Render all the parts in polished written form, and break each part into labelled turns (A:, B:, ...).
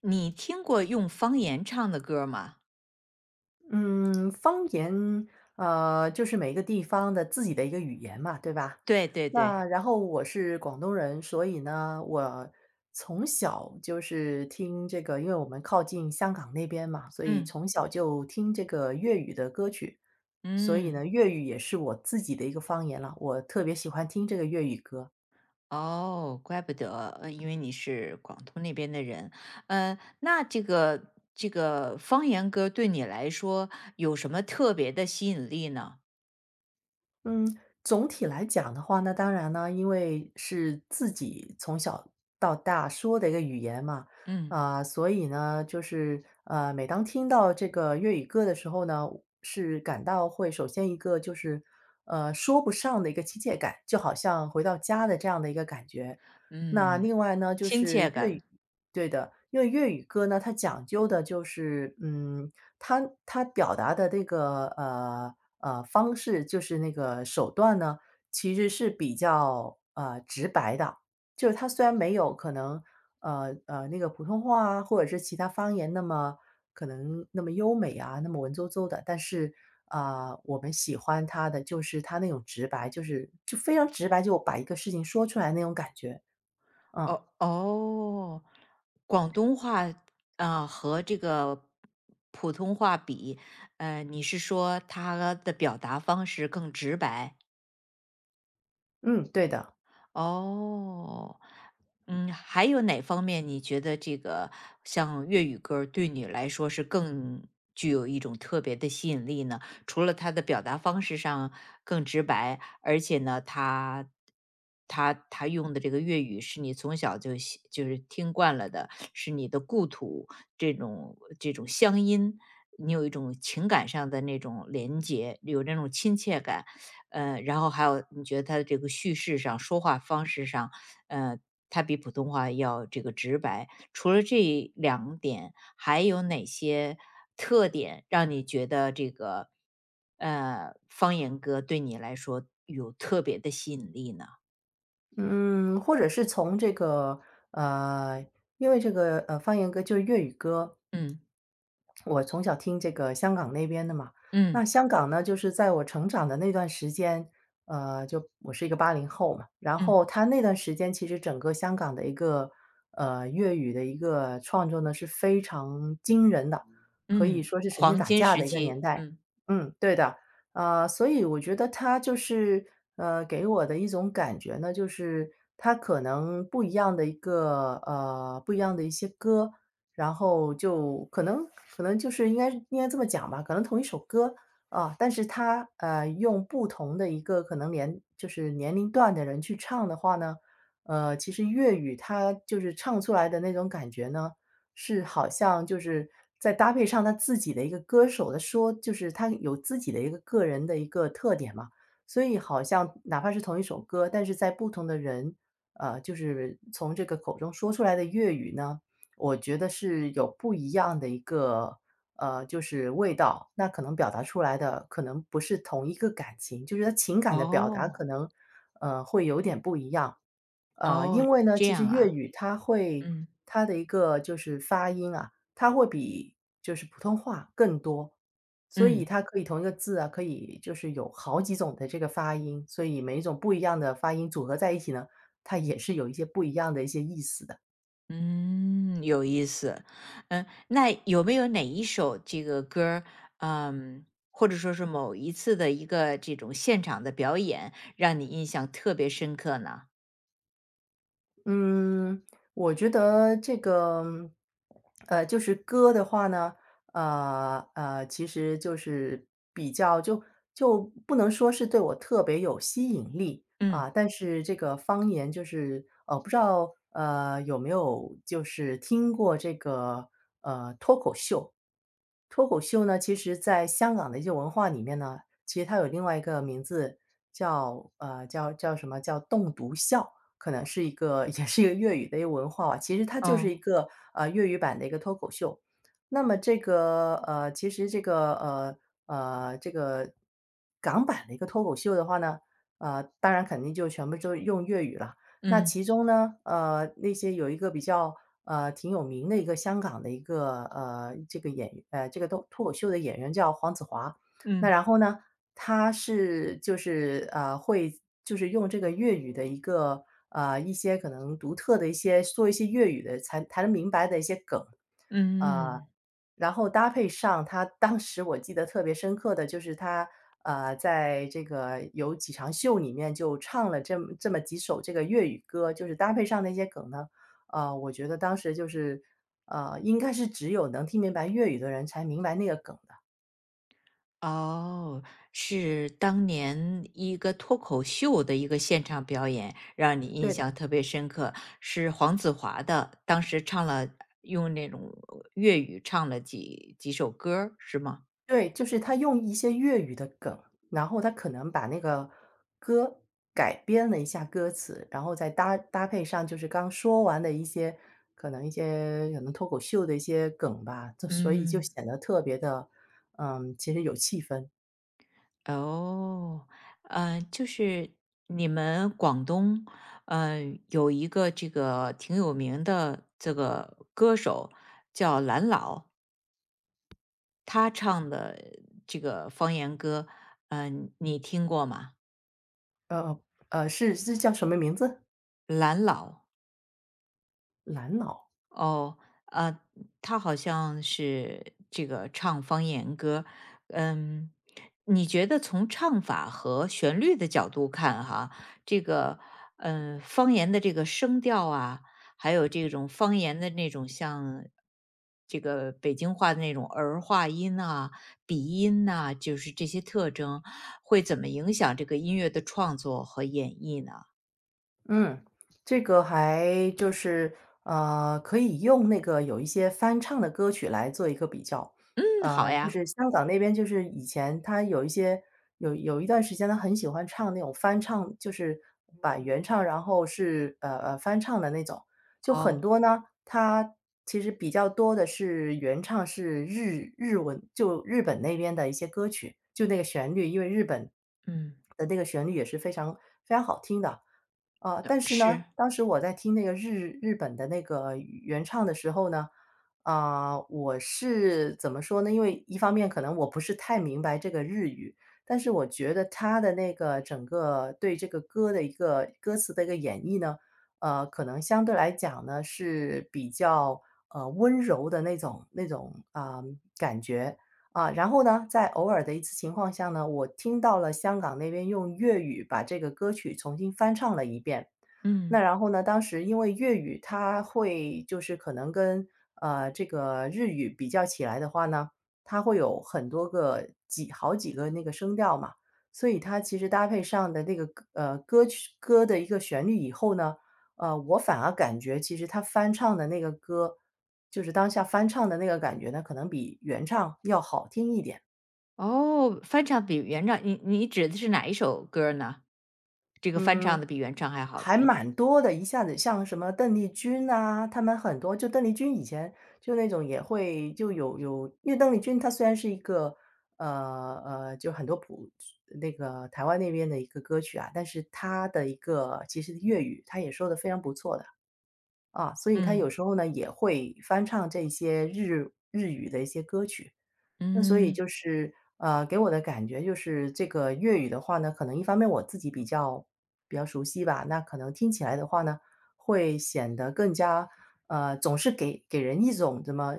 A: 你听过用方言唱的歌儿吗？
B: 嗯，方言，就是每一个地方的自己的一个语言嘛，对吧？
A: 对对
B: 那
A: 对，
B: 然后我是广东人，所以呢，我从小就是听这个，因为我们靠近香港那边嘛，所以
A: 嗯
B: 从小就听这个粤语的歌曲，所以
A: 嗯，
B: 呢，粤语也是我自己的一个方言了，我特别喜欢听这个粤语歌。
A: 哦，怪不得，因为你是广东那边的人，呃，那这个方言歌对你来说有什么特别的吸引力呢？
B: 嗯，总体来讲的话，那当然呢，因为是自己从小到大说的一个语言嘛，
A: 嗯
B: 啊，所以呢，就是每当听到这个粤语歌的时候呢，是感到会首先一个就是说不上的一个亲切感，就好像回到家的这样的一个感觉。那
A: 嗯，
B: 另外呢，就
A: 亲
B: 是
A: 切
B: 粤
A: 感，
B: 语。对的，因为粤语歌呢，它讲究的就是，它它表达的这个方式，就是那个手段呢，其实是比较直白的。就是它虽然没有可能那个普通话啊，或者是其他方言那么可能那么优美啊，那么文绉绉的，但是啊，我们喜欢它的就是它那种直白，就非常直白，就把一个事情说出来那种感觉。嗯
A: 哦哦，广东话啊、和这个普通话比，呃，你是说它的表达方式更直白？
B: 嗯，对的。
A: 哦，嗯，还有哪方面你觉得这个像粤语歌儿对你来说是更具有一种特别的吸引力呢？除了它的表达方式上更直白，而且呢，它用的这个粤语是你从小就喜就是听惯了的，是你的故土这种乡音，你有一种情感上的那种连接，有那种亲切感，呃，然后还有你觉得他的这个叙事上、说话方式上，呃，他比普通话要这个直白。除了这两点，还有哪些特点让你觉得这个，呃，方言歌对你来说有特别的吸引力呢？
B: 嗯，或者是从这个呃，因为这个方言歌就是粤语歌，
A: 嗯，
B: 我从小听这个香港那边的嘛。
A: 嗯，
B: 那香港呢，就是在我成长的那段时间，就我是一个80后嘛，然
A: 嗯，
B: 后他那段时间其实整个香港的一个粤语的一个创作呢是非常惊人的，可以
A: 嗯，
B: 说是神仙
A: 黄
B: 打
A: 金
B: 架
A: 时
B: 的一个年
A: 期，
B: 代。
A: 嗯，
B: 嗯，对的。啊，所以我觉得他就是，给我的一种感觉呢，就是他可能不一样的一个不一样的一些歌，然后就可能就是应该这么讲吧，可能同一首歌啊，但是他用不同的一个可能年就是年龄段的人去唱的话呢，其实粤语它就是唱出来的那种感觉呢，是好像就是在搭配上他自己的一个歌手的说就是他有自己的一个个人的一个特点嘛，所以好像哪怕是同一首歌，但是在不同的人，就是从这个口中说出来的粤语呢，我觉得是有不一样的一个，就是味道。那可能表达出来的可能不是同一个感情，就是他情感的表达
A: 哦，
B: 可能，会有点不一样。
A: 哦，
B: 因为呢，
A: 这
B: 其实
A: 样啊，
B: 粤语它会
A: 嗯，
B: 它的一个就是发音啊，它会比就是普通话更多，所以
A: 嗯。
B: 它可以同一个字啊，可以就是有好几种的这个发音，所以每一种不一样的发音组合在一起呢，它也是有一些不一样的一些意思的。
A: 嗯，有意思。嗯，那有没有哪一首这个歌儿，嗯，或者说是某一次的一个这种现场的表演，让你印象特别深刻呢？
B: 嗯，我觉得这个，就是歌的话呢，其实就是比较就不能说是对我特别有吸引力
A: 嗯，
B: 啊，但是这个方言就是，不知道有没有就是听过这个呃。脱口秀呢，其实在香港的一些文化里面呢，其实它有另外一个名字叫什么叫“栋笃笑”，可能是一个 也是一个粤语的一个文化吧。其实它就是
A: 哦，
B: 一个，粤语版的一个脱口秀。那么这个其实这个这个港版的一个脱口秀的话呢，当然肯定就全部都用粤语了。那
A: 嗯
B: 其中呢，那些有一个比较挺有名的一个香港的一个呃这个演呃这个脱口秀的演员叫黄子华，那
A: 嗯
B: 然后呢，他是就是会就是用这个粤语的一个一些可能独特的一些做一些粤语的才谈能明白的一些梗，呃，
A: 嗯，嗯
B: 然后搭配上他当时我记得特别深刻的就是他，在这个有几场秀里面就唱了这么几首这个粤语歌，就是搭配上那些梗呢，我觉得当时就是，应该是只有能听明白粤语的人才明白那个梗的，
A: 哦，是当年一个脱口秀的一个现场表演，让你印
B: 对的。
A: 象特别深刻，是黄子华的，当时唱了，用那种粤语唱了几首歌儿是吗？
B: 对，就是他用一些粤语的梗，然后他可能把那个歌改编了一下歌词，然后再搭配上就是刚说完的一些可能一些可能脱口秀的一些梗吧，就所以就
A: 嗯，
B: 显得特别的，其实有气氛。
A: 哦，就是你们广东，嗯，有一个这个挺有名的这个歌手叫蓝老，他唱的这个方言歌，嗯，你听过吗？
B: 呃，是叫什么名字？
A: 蓝老。
B: 蓝老？
A: 哦，呃，他好像是这个唱方言歌，嗯，你觉得从唱法和旋律的角度看哈，这个，嗯，方言的这个声调啊，还有这种方言的那种像这个北京话的那种儿化音呐、鼻音呐、就是这些特征，会怎么影响这个音乐的创作和演绎呢？
B: 嗯，这个还就是，可以用那个有一些翻唱的歌曲来做一个比较。
A: 嗯，好
B: 就
A: 呀，
B: 是香港那边就是以前他有一些有一段时间，他很喜欢唱那种翻唱，就是把原唱，然后是，翻唱的那种。就很
A: 哦，
B: 多呢，他其实比较多的是原唱是日文就日本那边的一些歌曲，就那个旋律，因为日本
A: 嗯，
B: 的那个旋律也是非常非常好听的。但是呢，
A: 是，
B: 当时我在听那个日本的那个原唱的时候呢，啊，我是怎么说呢？因为一方面可能我不是太明白这个日语，但是我觉得他的那个整个对这个歌的一个歌词的一个演绎呢，可能相对来讲呢是比较温柔的那种啊，感觉。啊，然后呢，在偶尔的一次情况下呢，我听到了香港那边用粤语把这个歌曲重新翻唱了一遍。那
A: 嗯。
B: 然后呢，当时因为粤语它会就是可能跟，这个日语比较起来的话呢，它会有很多个几好几个那个声调嘛，所以它其实搭配上的那个歌曲的一个旋律以后呢，我反而感觉其实他翻唱的那个歌，就是当下翻唱的那个感觉呢，可能比原唱要好听一点。
A: 哦，翻唱比原唱，你指的是哪一首歌儿呢？这个翻
B: 嗯，
A: 唱的比原唱还好
B: 还
A: 听，
B: 蛮多的，一下子像什么邓丽君呐，他们很多就邓丽君以前就那种也会就有因为邓丽君她虽然是一个，就很多那个台湾那边的一个歌曲啊，但是她的一个其实粤语她也说的非常不错的，啊，所以她有
A: 嗯，
B: 时候呢，也会翻唱这些那所以
A: 嗯，
B: 就是，给我的感觉就是这个粤语的话呢，可能一方面我自己比较熟悉吧，那可能听起来的话呢，会显得更加总是给人一种怎么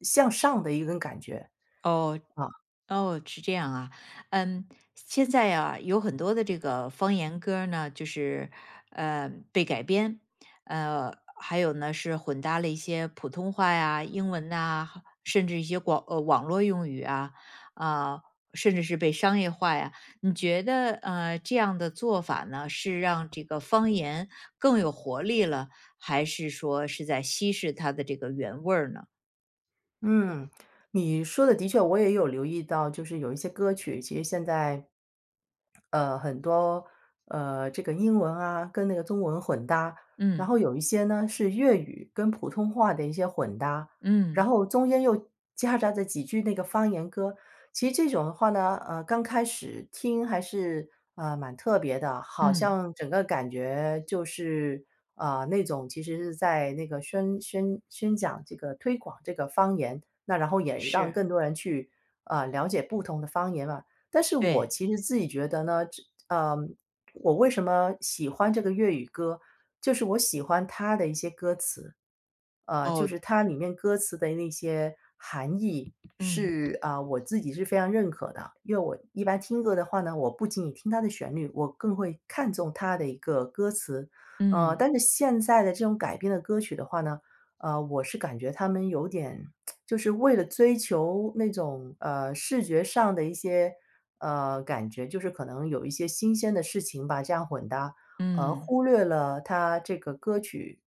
B: 向上的一种感觉，
A: 哦，
B: 啊。
A: 哦，是这样啊，嗯，现在啊，有很多的这个方言歌儿呢，就是被改编，呃，还有呢是混搭了一些普通话呀、英文呐、甚至一些网络用语啊，啊、甚至是被商业化呀。你觉得这样的做法呢，是让这个方言更有活力了，还是说是在稀释它的这个原味儿呢？
B: 嗯，你说的的确我也有留意到，就是有一些歌曲，其实现在，很多，这个英文啊，跟那个中文混搭，然
A: 嗯
B: 后有一些呢，是粤语跟普通话的一些混搭，然
A: 嗯
B: 后中间又夹杂着几句那个方言歌。其实这种的话呢，刚开始听还是，蛮特别的，好
A: 嗯，
B: 像整个感觉就是啊，那种其实是在那个宣讲这个推广这个方言，那然后也让
A: 是
B: 更多人去啊，了解不同的方言嘛。但是我
A: 对。
B: 其实自己觉得呢，呃，我为什么喜欢这个粤语歌，就是我喜欢它的一些歌词，就是
A: 哦，
B: 它里面歌词的那些含义
A: 嗯，
B: 是啊，我自己是非常认可的。因为我一般听歌的话呢，我不仅仅听它的旋律，我更会看重它的一个歌词，
A: 嗯，
B: 但是现在的这种改编的歌曲的话呢，我是感觉他们有点就是为了追求那种，视觉上的一些，感觉，就是可能有一些新鲜的事情吧，这样混搭，
A: 嗯，
B: 忽略了它这个歌曲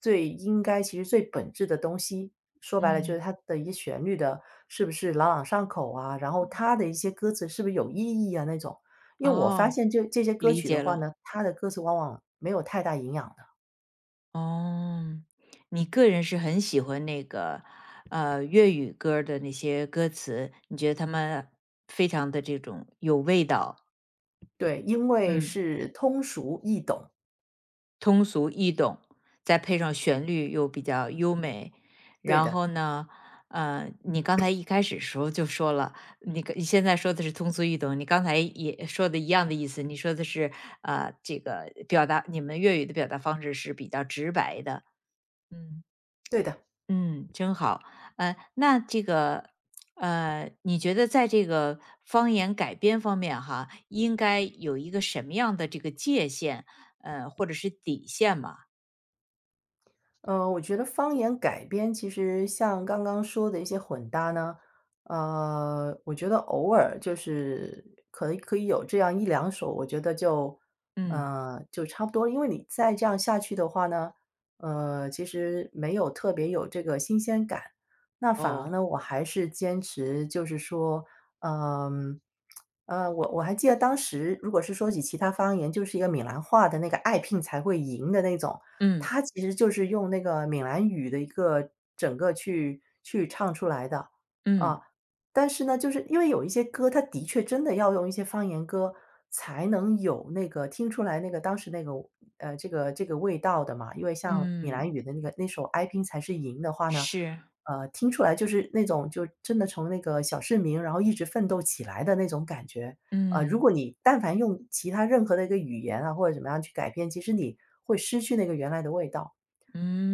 B: 最应该其实最本质的东西。说白了就是
A: 嗯，
B: 它的一些旋律的是不是朗朗上口啊，然后它的一些歌词是不是有意义啊那种。因为我发
A: 哦，
B: 现这些歌
A: 理
B: 曲的
A: 解
B: 话
A: 了。
B: 呢，它的歌词往往没有太大营养的。
A: 哦，你个人是很喜欢那个，呃，粤语歌儿的那些歌词，你觉得他们非常的这种有味道，
B: 对，因为
A: 嗯。
B: 是通俗易懂，
A: 通俗易懂，再配上旋律又比较优美。
B: 对
A: 然
B: 的，
A: 后呢，呃，你刚才一开始时候就说了，你跟你现在说的是通俗易懂，你刚才也说的一样的意思，你说的是，呃，这个表达你们粤语的表达方式是比较直白的。嗯。
B: 对的。
A: 嗯，真好。呃，那这个，呃，你觉得在这个方言改编方面哈，应该有一个什么样的这个界限，呃，或者是底线吗？
B: 我觉得方言改编其实像刚刚说的一些混搭呢，我觉得偶尔就是可以有这样一两首，我觉得就
A: 嗯。
B: 就差不多了，因为你再这样下去的话呢，其实没有特别有这个新鲜感。那反而
A: 哦，
B: 呢，我还是坚持，就是说，嗯，我还记得当时，如果是说起其他方言，就是一个闽南话的那个"爱拼才会赢"的那种。
A: 嗯
B: 它其实就是用那个闽南语的一个整个去唱出来的，啊。
A: 嗯
B: 但是呢，就是因为有一些歌，它的确真的要用一些方言歌才能有那个听出来那个当时那个这个味道的嘛。因为像闽南
A: 嗯，
B: 语的那个那首《哀兵才是赢》的话呢，
A: 是，
B: 听出来就是那种就真的从那个小市民，然后一直奋斗起来的那种感觉。如
A: 嗯
B: 果你但凡用其他任何的一个语言啊，或者怎么样去改变，其实你会失去那个原来的味道。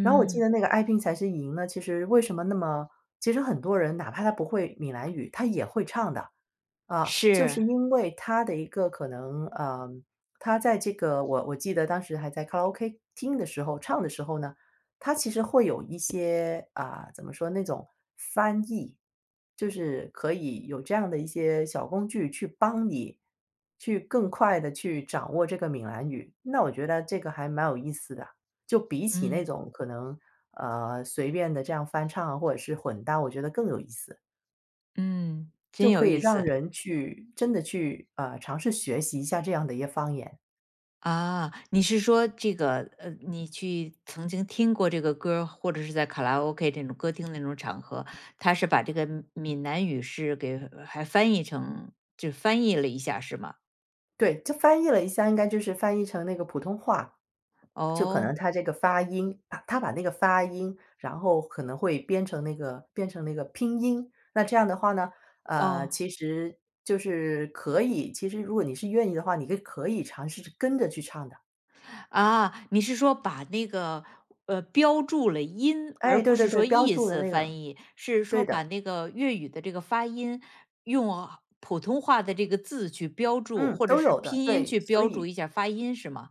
B: 然后我记得那个爱拼才是赢呢，其实为什么那么，其实很多人哪怕他不会闽南语，他也会唱的，啊，就是
A: 是，
B: 因为他的一个可能，嗯，他在这个，我记得当时还在卡拉 OK 听的时候，唱的时候呢，他其实会有一些，啊，怎么说那种翻译，就是可以有这样的一些小工具去帮你去更快的去掌握这个闽南语，那我觉得这个还蛮有意思的。就比起那
A: 嗯
B: 种可能，随便的这样翻唱啊，或者是混搭，我觉得更有意思，
A: 嗯，
B: 就
A: 真
B: 可
A: 有
B: 以
A: 意
B: 让
A: 思
B: 人去真的去，尝试学习一下这样的一个方言。
A: 啊！你是说这个呃，你去曾经听过这个歌儿，或者是在卡拉 OK 这种歌厅那种场合，他是把这个闽南语是给还翻译成就翻译了一下是吗？
B: 对，就翻译了一下，应该就是翻译成那个普通话，就可能
A: 哦
B: 他这个发音，把它把那个发音，然后可能会编成那个变成那个拼音。那这样的话呢，
A: 哦。
B: 其实就是可以，其实如果你是愿意的话，你可以尝试着跟着去唱的。
A: 啊，你是说把那个，呃，标注了音，
B: 哎，
A: 而不
B: 对对
A: 是
B: 对，
A: 说
B: 标
A: 意
B: 注的
A: 思
B: 那
A: 翻
B: 个，
A: 译，是说
B: 对的。
A: 把那个粤语的这个发音，用啊普通话的这个字去标注，
B: 嗯，
A: 或者
B: 都
A: 是
B: 有的，
A: 拼音
B: 对，
A: 去
B: 所
A: 标注
B: 以
A: 一下发音是吗？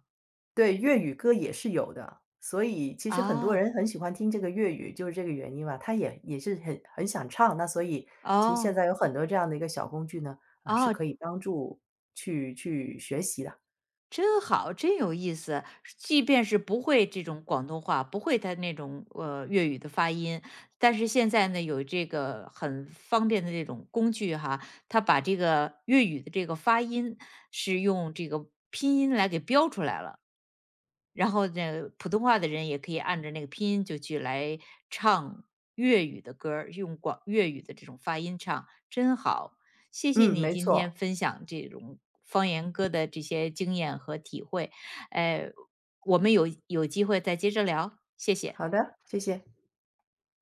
B: 对，粤语歌也是有的。所以其实很多
A: 啊，
B: 人很喜欢听这个粤语，就是这个原因吧，他也是很想唱，那所以其实现
A: 哦，
B: 在有很多这样的一个小工具呢，啊，是
A: 哦。
B: 可以帮助去学习的。
A: 真好，真有意思。即便是不会这种广东话，不会他那种呃粤语的发音，但是现在呢，有这个很方便的这种工具哈，他把这个粤语的这个发音是用这个拼音来给标出来了。然后呢，普通话的人也可以按着那个拼音就去来唱粤语的歌儿用广粤语的这种发音唱，真好。谢谢
B: 嗯，
A: 你
B: 没
A: 今天
B: 错，
A: 分享这种方言歌的这些经验和体会，哎，我们有机会再接着聊，谢谢。
B: 好的，谢谢。